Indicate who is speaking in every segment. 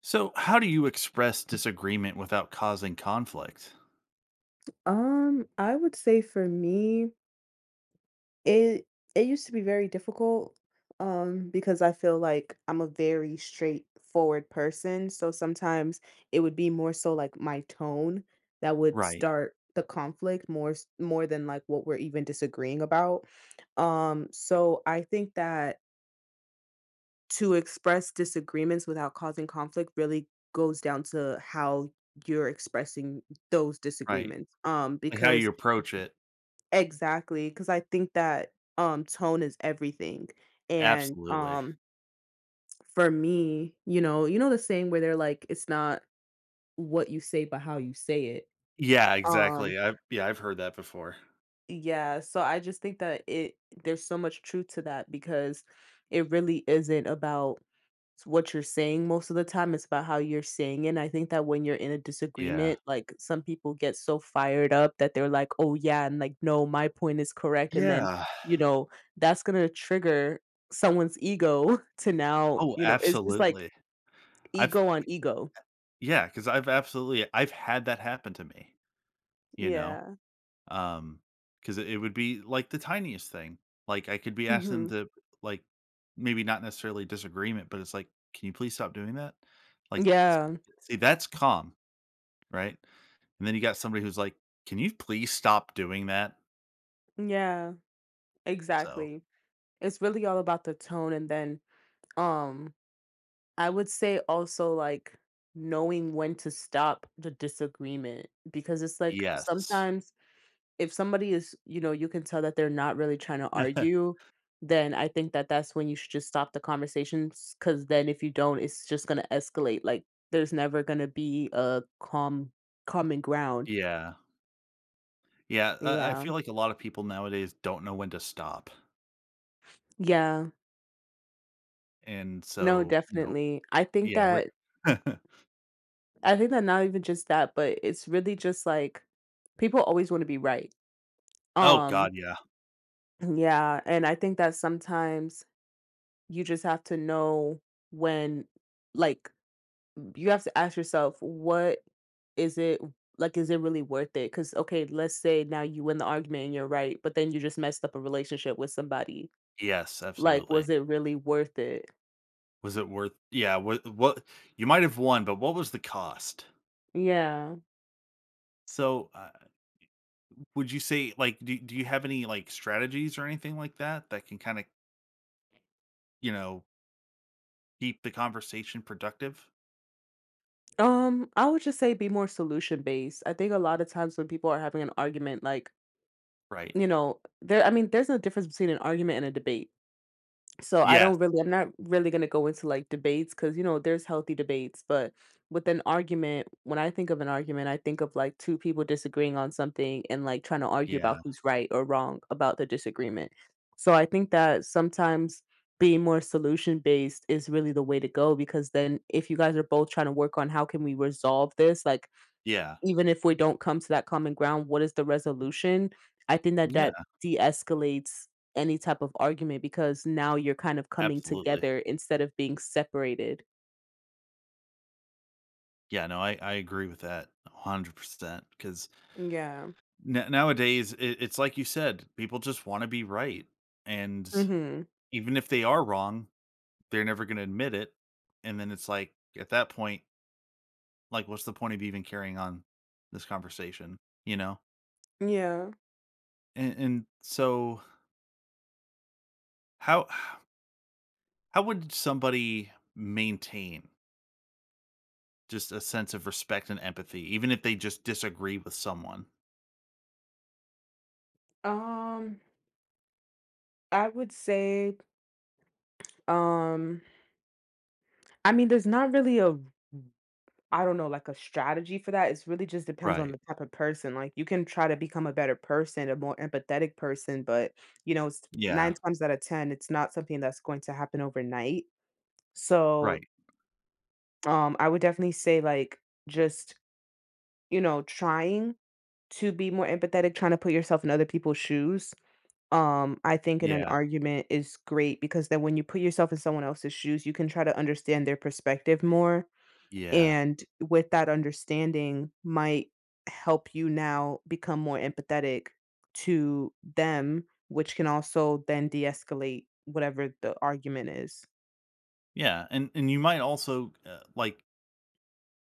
Speaker 1: So, how do you express disagreement without causing conflict?
Speaker 2: I would say for me, it it used to be very difficult, because I feel like I'm a very straightforward person. So sometimes it would be more so like my tone that would
Speaker 1: Right,
Speaker 2: start the conflict more than like what we're even disagreeing about. So I think that to express disagreements without causing conflict really goes down to how you're expressing those
Speaker 1: right.
Speaker 2: disagreements.
Speaker 1: Like how you
Speaker 2: Because
Speaker 1: approach it.
Speaker 2: exactly, because I think that, tone is everything, and,
Speaker 1: Absolutely.
Speaker 2: for me, you know the saying where they're like, "It's not what you say, but how you say it."
Speaker 1: Yeah,
Speaker 2: Um,
Speaker 1: exactly. I've heard that before.
Speaker 2: yeah, so I just think that it there's so much truth to that because it really isn't about it's what you're saying most of the time, it's about how you're saying it, and I think that when you're in a
Speaker 1: Yeah.
Speaker 2: disagreement, like, some people get so fired up that they're like, "Oh, yeah," and like, "No, my point is correct," and then,
Speaker 1: Yeah.
Speaker 2: you know, that's gonna trigger someone's ego to now,
Speaker 1: Oh,
Speaker 2: you know it's just like
Speaker 1: absolutely. I've
Speaker 2: ego on ego.
Speaker 1: yeah, because I've absolutely I've had that happen to me, you know?
Speaker 2: Yeah.
Speaker 1: Um, because it would be like the tiniest thing. Like I could be asking them
Speaker 2: Mhm.
Speaker 1: to like maybe not necessarily disagreement, but it's like, can you please stop doing that? Like s-
Speaker 2: Yeah.
Speaker 1: See, that's calm. Right? And then you got somebody who's like, "Can you please stop doing that?"
Speaker 2: Yeah.
Speaker 1: So,
Speaker 2: Exactly. It's really all about the tone and then, um I would say also like knowing when to stop the disagreement because it's like
Speaker 1: yes.
Speaker 2: sometimes if somebody is, you can tell that they're not really trying to argue, then I think that that's when you should just stop the conversations because then if you don't, it's just going to escalate. Like there's never going to be a calm, common ground.
Speaker 1: Yeah. Yeah, I
Speaker 2: Yeah.
Speaker 1: feel like a lot of people nowadays don't know when to stop.
Speaker 2: Yeah.
Speaker 1: And
Speaker 2: No,
Speaker 1: so, you know,
Speaker 2: definitely.
Speaker 1: yeah, we're
Speaker 2: I think that not even just that, but it's really just like people always want to be right.
Speaker 1: Oh
Speaker 2: Um,
Speaker 1: god, yeah.
Speaker 2: yeah, and I think that sometimes you just have to know when, like, you have to ask yourself, what is it like? Is it really worth it? Because, okay, let's say now you win the argument and you're right, but then you just messed up a relationship with somebody.
Speaker 1: Yes,
Speaker 2: Like,
Speaker 1: absolutely.
Speaker 2: was it really worth it?
Speaker 1: Was it worth yeah, what you might have won, but what was the cost?
Speaker 2: Yeah.
Speaker 1: So, would you say, like, do you have any, like, strategies or anything like that that can kinda, you know, keep the conversation productive?
Speaker 2: I would just say be more solution based. I think a lot of times when people are having an argument, like,
Speaker 1: Right.
Speaker 2: I mean, there's a difference between an argument and a debate. So
Speaker 1: Yes.
Speaker 2: I'm not really gonna go into like debates because you know there's healthy debates, but with an argument, when I think of an argument, I think of like two people disagreeing on something and like trying to argue
Speaker 1: Yeah.
Speaker 2: about who's right or wrong about the disagreement. So I think that sometimes being more solution based is really the way to go because then if you guys are both trying to work on how can we resolve this, like
Speaker 1: Yeah.
Speaker 2: even if we don't come to that common ground, what is the resolution? I think that
Speaker 1: Yeah,
Speaker 2: that de-escalates any type of argument because now you're kind of coming
Speaker 1: absolutely.
Speaker 2: together instead of being separated.
Speaker 1: Yeah, no, I agree with that 100% 'cause
Speaker 2: Yeah.
Speaker 1: na nowadays, it's like you said, people just wanna be right, and
Speaker 2: Mhm.
Speaker 1: even if they are wrong, they're never gonna admit it, and then it's like, at that point, like, what's the point of even carrying on this conversation, you know?
Speaker 2: Yeah.
Speaker 1: And so how how would somebody maintain just a sense of respect and empathy even if they just disagree with someone?
Speaker 2: Um I would say, um I mean there's not really a I don't know like a strategy for that. It's really just depends on
Speaker 1: Right.
Speaker 2: the type of person. Like you can try to become a better person, a more empathetic person, but you know, it's 9
Speaker 1: Yeah.
Speaker 2: times out of 10 it's not something that's going to happen overnight. So,
Speaker 1: Right.
Speaker 2: I would definitely say like just, you know, trying to be more empathetic, trying to put yourself in other people's shoes. I think in an
Speaker 1: Yeah.
Speaker 2: argument is great because then when you put yourself in someone else's shoes, you can try to understand their perspective more.
Speaker 1: Yeah.
Speaker 2: And with that understanding might help you now become more empathetic to them, which can also then de-escalate whatever the argument is.
Speaker 1: Yeah, and you might also, like,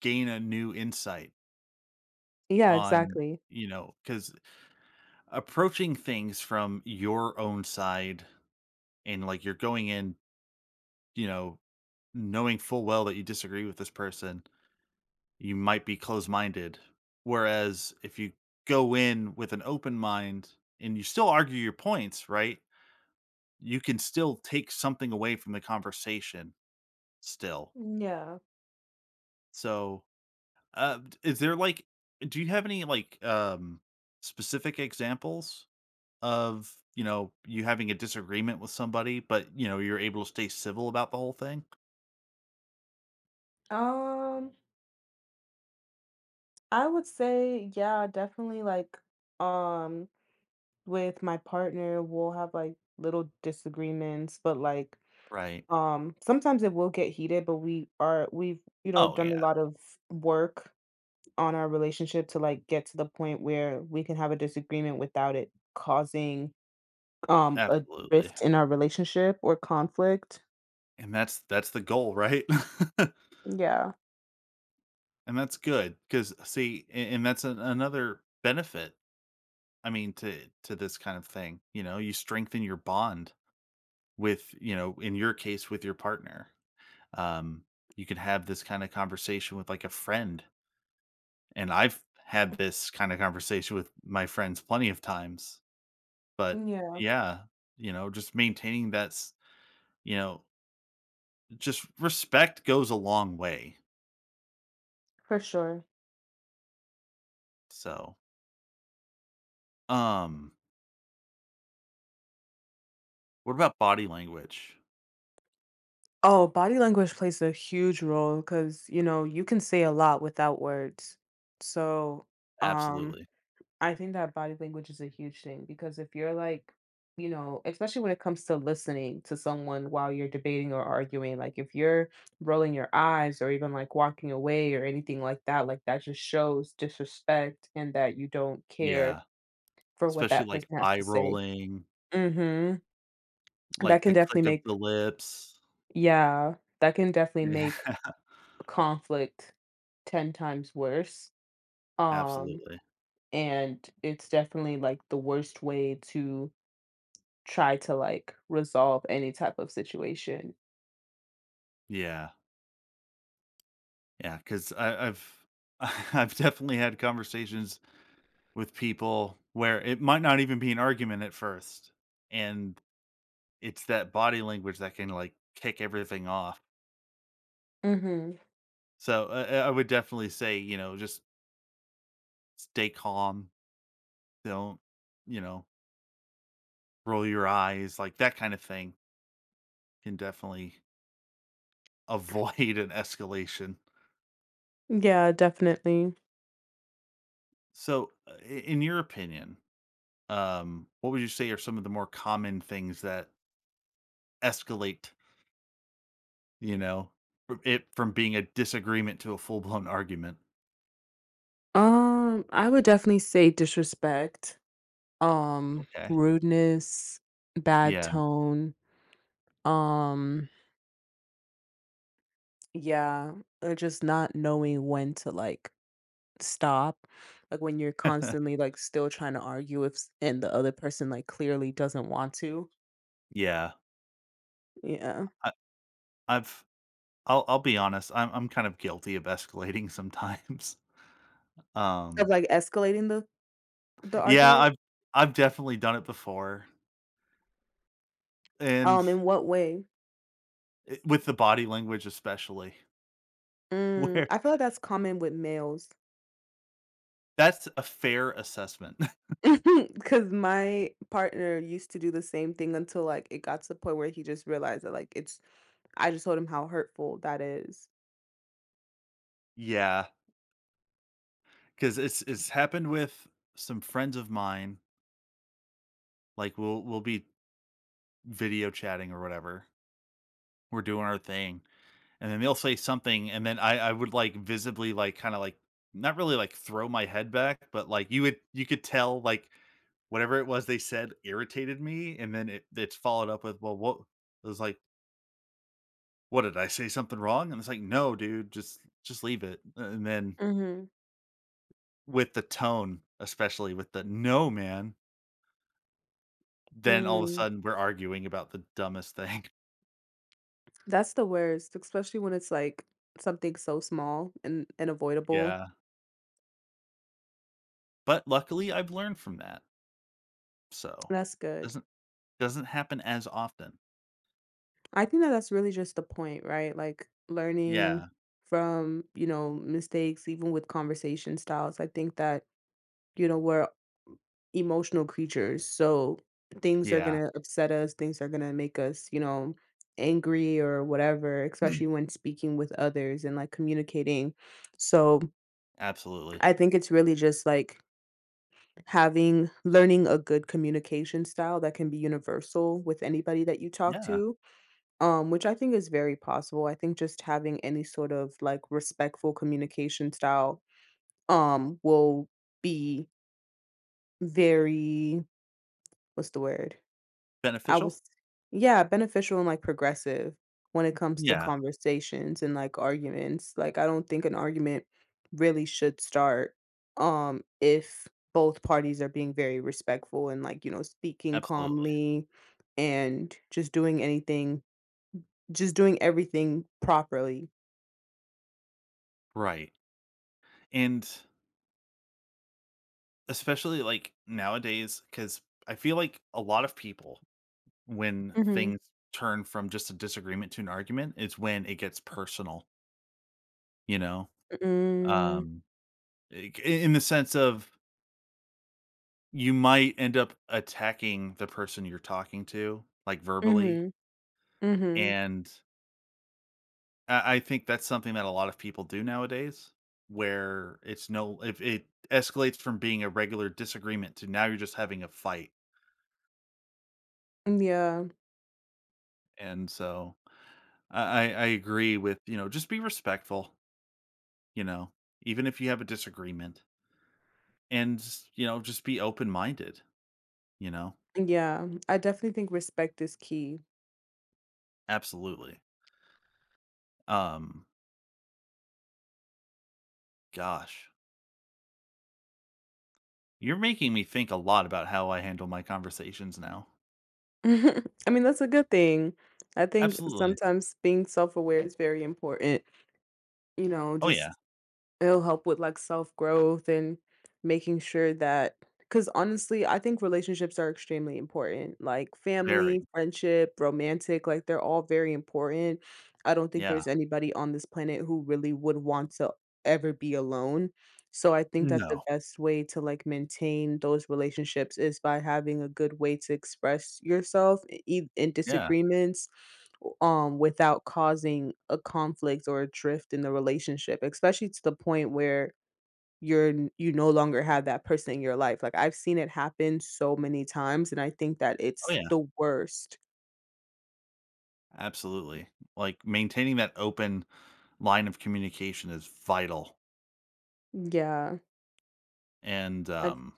Speaker 1: gain a new insight
Speaker 2: Yeah,
Speaker 1: on,
Speaker 2: exactly.
Speaker 1: you know, because approaching things from your own side and, like, you're going in, you know, knowing full well that you disagree with this person, you might be close-minded. Whereas if you go in with an open mind and you still argue your points, right, you can still take something away from the conversation still.
Speaker 2: Yeah.
Speaker 1: So d is there, like, do you have any, like, specific examples of, you know, you having a disagreement with somebody, but, you know, you're able to stay civil about the whole thing?
Speaker 2: Um I would say, yeah, definitely like um with my partner we'll have like little disagreements, but like
Speaker 1: Right.
Speaker 2: sometimes it will get heated, but we've, you know,
Speaker 1: Oh,
Speaker 2: done a
Speaker 1: yeah,
Speaker 2: lot of work on our relationship to like get to the point where we can have a disagreement without it causing a
Speaker 1: absolutely,
Speaker 2: rift in our relationship or conflict.
Speaker 1: and that's the goal, right?
Speaker 2: Yeah.
Speaker 1: And that's good because see, a and that's an another benefit, I mean, to this kind of thing, you know, you strengthen your bond with, you know, in your case, with your partner. Um, you could have this kinda conversation with, like, a friend. And I've had this kind of conversation with my friends plenty of times, but
Speaker 2: Yeah,
Speaker 1: yeah, you know, just maintaining that's, you know, just respect goes a long way.
Speaker 2: for sure.
Speaker 1: So, um, what about body language?
Speaker 2: Oh, body language plays a huge role because, you know, you can say a lot without words. So, um,
Speaker 1: Absolutely.
Speaker 2: I think that body language is a huge thing because if you're like, you know, especially when it comes to listening to someone while you're debating or arguing, like if you're rolling your eyes or even like walking away or anything like that just shows disrespect and that you don't care
Speaker 1: Yeah.
Speaker 2: for what
Speaker 1: Especially
Speaker 2: that
Speaker 1: like
Speaker 2: person has
Speaker 1: eye
Speaker 2: to say.
Speaker 1: rolling,
Speaker 2: Mm-hmm. That
Speaker 1: like
Speaker 2: can
Speaker 1: the
Speaker 2: definitely
Speaker 1: click of
Speaker 2: make,
Speaker 1: the lips.
Speaker 2: yeah, that can definitely
Speaker 1: Yeah.
Speaker 2: make conflict 10 times worse. Um,
Speaker 1: Absolutely.
Speaker 2: and it's definitely like the worst way to try to like resolve any type of situation.
Speaker 1: Yeah. Yeah. I've definitely had conversations with people where it might not even be an argument at first, and it's that body language that can, like, kick everything off.
Speaker 2: hmm
Speaker 1: So, I would definitely say, you know, just stay calm, don't, you know, roll your eyes, like, that kind of thing can definitely avoid an escalation.
Speaker 2: Yeah, definitely.
Speaker 1: So, I in your opinion, what would you say are some of the more common things that escalate, you know, from being a disagreement to a full-blown argument?
Speaker 2: I would definitely say disrespect,
Speaker 1: Okay.
Speaker 2: rudeness, bad
Speaker 1: Yeah.
Speaker 2: tone, um, yeah, just not knowing when to like stop like when you're constantly like still trying to argue if s- and the other person like clearly doesn't want to.
Speaker 1: Yeah.
Speaker 2: Yeah.
Speaker 1: I I've I'll be honest, I'm kind of guilty of escalating sometimes.
Speaker 2: Of
Speaker 1: Um,
Speaker 2: like escalating the
Speaker 1: yeah,
Speaker 2: argument?
Speaker 1: I've definitely done it before, and
Speaker 2: In what way?
Speaker 1: I with the body language especially,
Speaker 2: Mm,
Speaker 1: where
Speaker 2: I feel like that's common with males.
Speaker 1: that's a fair assessment.
Speaker 2: Cause my partner used to do the same thing until like it got to the point where he just realized that like it's I just told him how hurtful that is.
Speaker 1: Yeah, because it's happened with some friends of mine, like, we'll be video chatting or whatever. We're doing our thing, and then they'll say something, and then I would like visibly like kind of like not really like throw my head back, but like you would you could tell like whatever it was they said irritated me. And then it's followed up with, well, what it was like, what did I say something wrong? And it's like, no dude, just leave it. And then
Speaker 2: hmm
Speaker 1: with the tone, especially with the no man, then all of a
Speaker 2: Mm,
Speaker 1: sudden we're arguing about the dumbest thing.
Speaker 2: that's the worst, especially when it's like something so small and avoidable.
Speaker 1: Yeah, but luckily I've learned from that, so
Speaker 2: That's good.
Speaker 1: doesn't happen as often.
Speaker 2: I think that that's really just the point, right? Like learning
Speaker 1: Yeah.
Speaker 2: from, you know, mistakes, even with conversation styles. I think that, you know, we're emotional creatures. So things are going
Speaker 1: Yeah,
Speaker 2: to upset us, things are going to make us, you know, angry or whatever, especially when speaking with others and like communicating. So
Speaker 1: absolutely.
Speaker 2: I think it's really just like having learning a good communication style that can be universal with anybody that you talk
Speaker 1: Yeah,
Speaker 2: to. Which I think is very possible. I think just having any sort of, like, respectful communication style, will be very, what's the word? I
Speaker 1: beneficial?
Speaker 2: was Yeah, beneficial and, like, progressive when it comes to
Speaker 1: Yeah,
Speaker 2: conversations and, like, arguments. Like, I don't think an argument really should start, if both parties are being very respectful and, like, you know, speaking
Speaker 1: absolutely.
Speaker 2: calmly and just doing everything properly.
Speaker 1: Right, and especially, like, nowadays, because I feel like a lot of people, when
Speaker 2: Mhm.
Speaker 1: things turn from just a disagreement to an argument, it's when it gets personal, you know?
Speaker 2: Mm.
Speaker 1: Um, I in the sense of, you might end up attacking the person you're talking to, like, verbally,
Speaker 2: Mhm. Mhm.
Speaker 1: and I think that's something that a lot of people do nowadays, where it's no if it escalates from being a regular disagreement to now you're just having a fight.
Speaker 2: Yeah.
Speaker 1: And so I, I agree with, you know, just be respectful, you know, even if you have a disagreement. And you know, just be open minded, you know.
Speaker 2: Yeah. I definitely think respect is key.
Speaker 1: Absolutely. Um, gosh. You're making me think a lot about how I handle my conversations now.
Speaker 2: I mean, that's a good thing. I think
Speaker 1: Absolutely.
Speaker 2: sometimes being self-aware is very important, you know,
Speaker 1: Oh yeah.
Speaker 2: just it'll help with, like, self-growth and making sure that, cause honestly, I think relationships are extremely important, like,
Speaker 1: Very.
Speaker 2: family, friendship, romantic, like, they're all very important. I don't think
Speaker 1: Yeah.
Speaker 2: there's anybody on this planet who really would want to ever be alone. So I think that the
Speaker 1: No.
Speaker 2: best way to, like, maintain those relationships is by having a good way to express yourself, e e in
Speaker 1: Yeah.
Speaker 2: disagreements without causing a conflict or a drift in the relationship, especially to the point where you no longer have that person in your life. Like, I've seen it happen so many times and I think that
Speaker 1: Oh
Speaker 2: it's
Speaker 1: yeah.
Speaker 2: the worst.
Speaker 1: Absolutely. Like maintaining that open line of communication is vital.
Speaker 2: yeah
Speaker 1: And
Speaker 2: i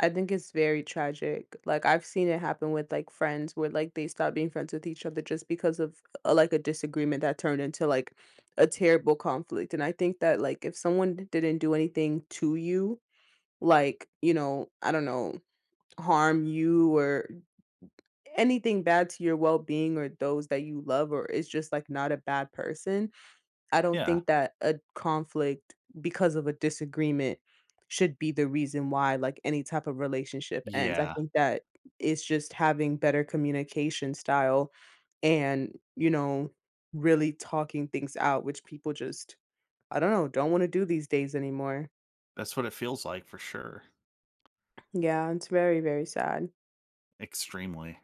Speaker 2: I think it's very tragic. Like, I've seen it happen with like friends where like they stop being friends with each other just because of like a disagreement that turned into like a terrible conflict. And I think that like if someone didn't do anything to you, like, you know, I don't know, harm you or anything bad to your well-being or those that you love, or is just like not a bad person, I don't
Speaker 1: yeah.
Speaker 2: think that a conflict because of a disagreement should be the reason why like any type of relationship ends. I
Speaker 1: Yeah.
Speaker 2: think that it's just having better communication style and, you know, really talking things out, which people just, I don't know, don't want to do these days anymore.
Speaker 1: That's what it feels like for sure.
Speaker 2: Yeah, it's very, very sad.
Speaker 1: Extremely.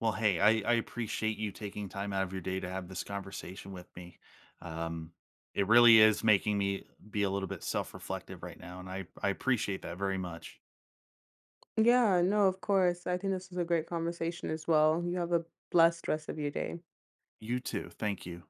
Speaker 1: Well, hey, I appreciate you taking time out of your day to have this conversation with me. Um it really is making me be a little bit self-reflective right now, and I appreciate that very much.
Speaker 2: Yeah, no, of course. I think this was a great conversation as well. You have a blessed rest of your day.
Speaker 1: You too. Thank you.